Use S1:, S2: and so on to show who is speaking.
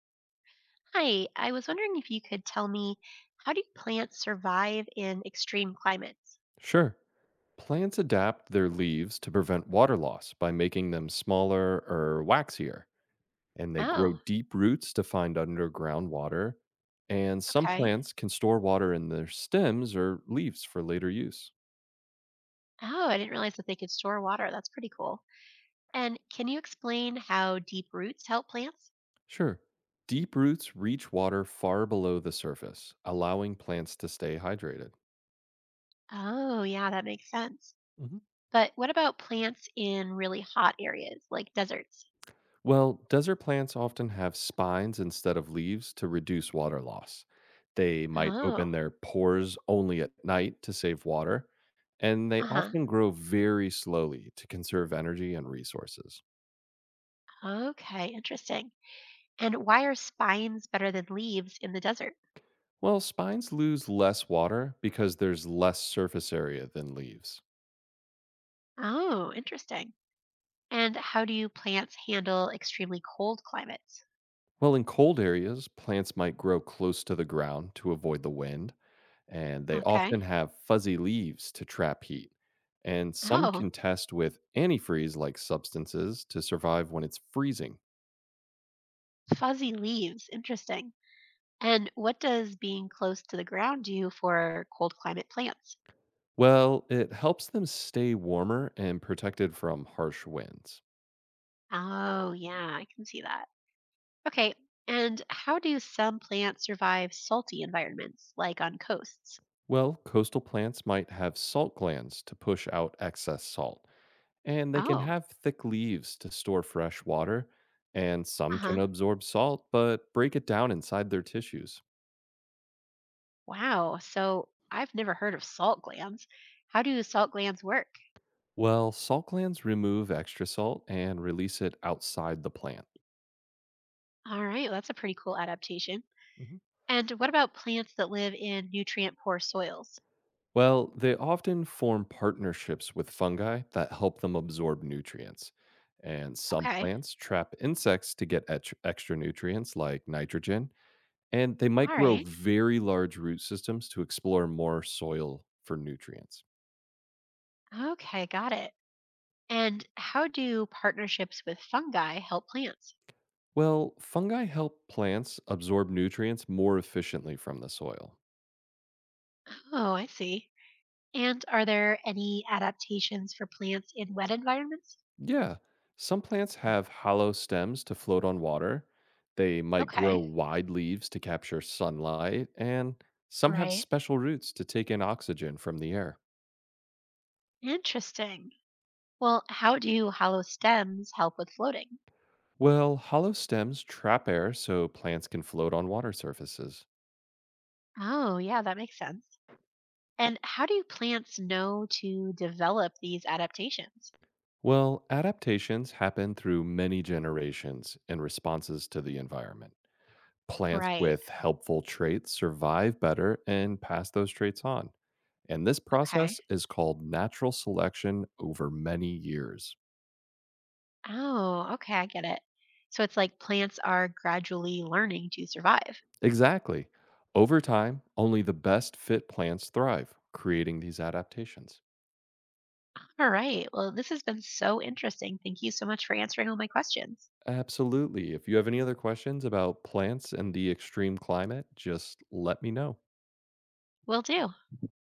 S1: Hi, I was wondering if you could tell me, how do plants survive in extreme climates?
S2: Sure. Plants adapt their leaves to prevent water loss by making them smaller or waxier, and they grow
S1: Oh,
S2: deep roots to find underground water. And some
S1: okay.
S2: plants can store water in their stems or leaves for later use.
S1: Oh, I didn't realize that they could store water. That's pretty cool. And can you explain how deep roots help plants?
S2: Sure. Deep roots reach water far below the surface, allowing plants to stay hydrated.
S1: Oh, yeah, that makes sense. But what about plants in really hot areas like deserts?
S2: Well, desert plants often have spines instead of leaves to reduce water loss. They might
S1: Oh,
S2: open their pores only at night to save water, and they
S1: uh-huh.
S2: often grow very slowly to conserve energy and resources.
S1: Okay, interesting. And why are spines better than leaves in the desert?
S2: Well, spines lose less water because there's less surface area than leaves.
S1: Oh, interesting. And how do plants handle extremely cold climates?
S2: Well, in cold areas, plants might grow close to the ground to avoid the wind, and they
S1: Okay.
S2: often have fuzzy leaves to trap heat. And some
S1: Oh,
S2: can test with antifreeze like substances to survive when it's freezing.
S1: fuzzy leaves. Interesting. And what does being close to the ground do for cold climate plants?
S2: Well, it helps them stay warmer and protected from harsh winds.
S1: Oh, yeah, I can see that. Okay. And how do some plants survive salty environments, like on coasts?
S2: Well, coastal plants might have salt glands to push out excess salt, and they can
S1: Oh,
S2: have thick leaves to store fresh water, and
S1: uh
S2: some
S1: huh.
S2: can absorb salt but break it down inside their tissues.
S1: Wow. So I've never heard of salt glands. How do salt glands work?
S2: Well, salt glands remove extra salt and release it outside the plant.
S1: All right. Well, that's a pretty cool adaptation.
S2: Hmm.
S1: And what about plants that live in nutrient poor soils?
S2: Well, they often form partnerships with fungi that help them absorb nutrients. And some
S1: Okay.
S2: plants trap insects to get extra nutrients like nitrogen, and they might
S1: All
S2: grow
S1: right.
S2: very large root systems to explore more soil for nutrients.
S1: Okay. Got it. And how do partnerships with fungi help plants?
S2: Well, fungi help plants absorb nutrients more efficiently from the soil.
S1: Oh, I see. And are there any adaptations for plants in wet environments?
S2: Yeah. Some plants have hollow stems to float on water. They might grow
S1: Okay,
S2: wide leaves to capture sunlight, and some have
S1: right.
S2: special roots to take in oxygen from the air.
S1: Interesting. Well, how do hollow stems help with floating?
S2: Well, hollow stems trap air so plants can float on water surfaces.
S1: Oh, yeah, that makes sense. And how do plants know to develop these adaptations?
S2: Well, adaptations happen through many generations in responses to the environment. Plants
S1: Right.
S2: with helpful traits survive better and pass those traits on. And this
S1: Okay.
S2: process is called natural selection over many years.
S1: Oh, okay, I get it. So it's like plants are gradually learning to survive.
S2: Exactly. Over time, only the best fit plants thrive, creating these adaptations.
S1: All right. Well, this has been so interesting. Thank you so much for answering all my questions.
S2: Absolutely. If you have any other questions about plants and the extreme climate, just let me know.
S1: Will do.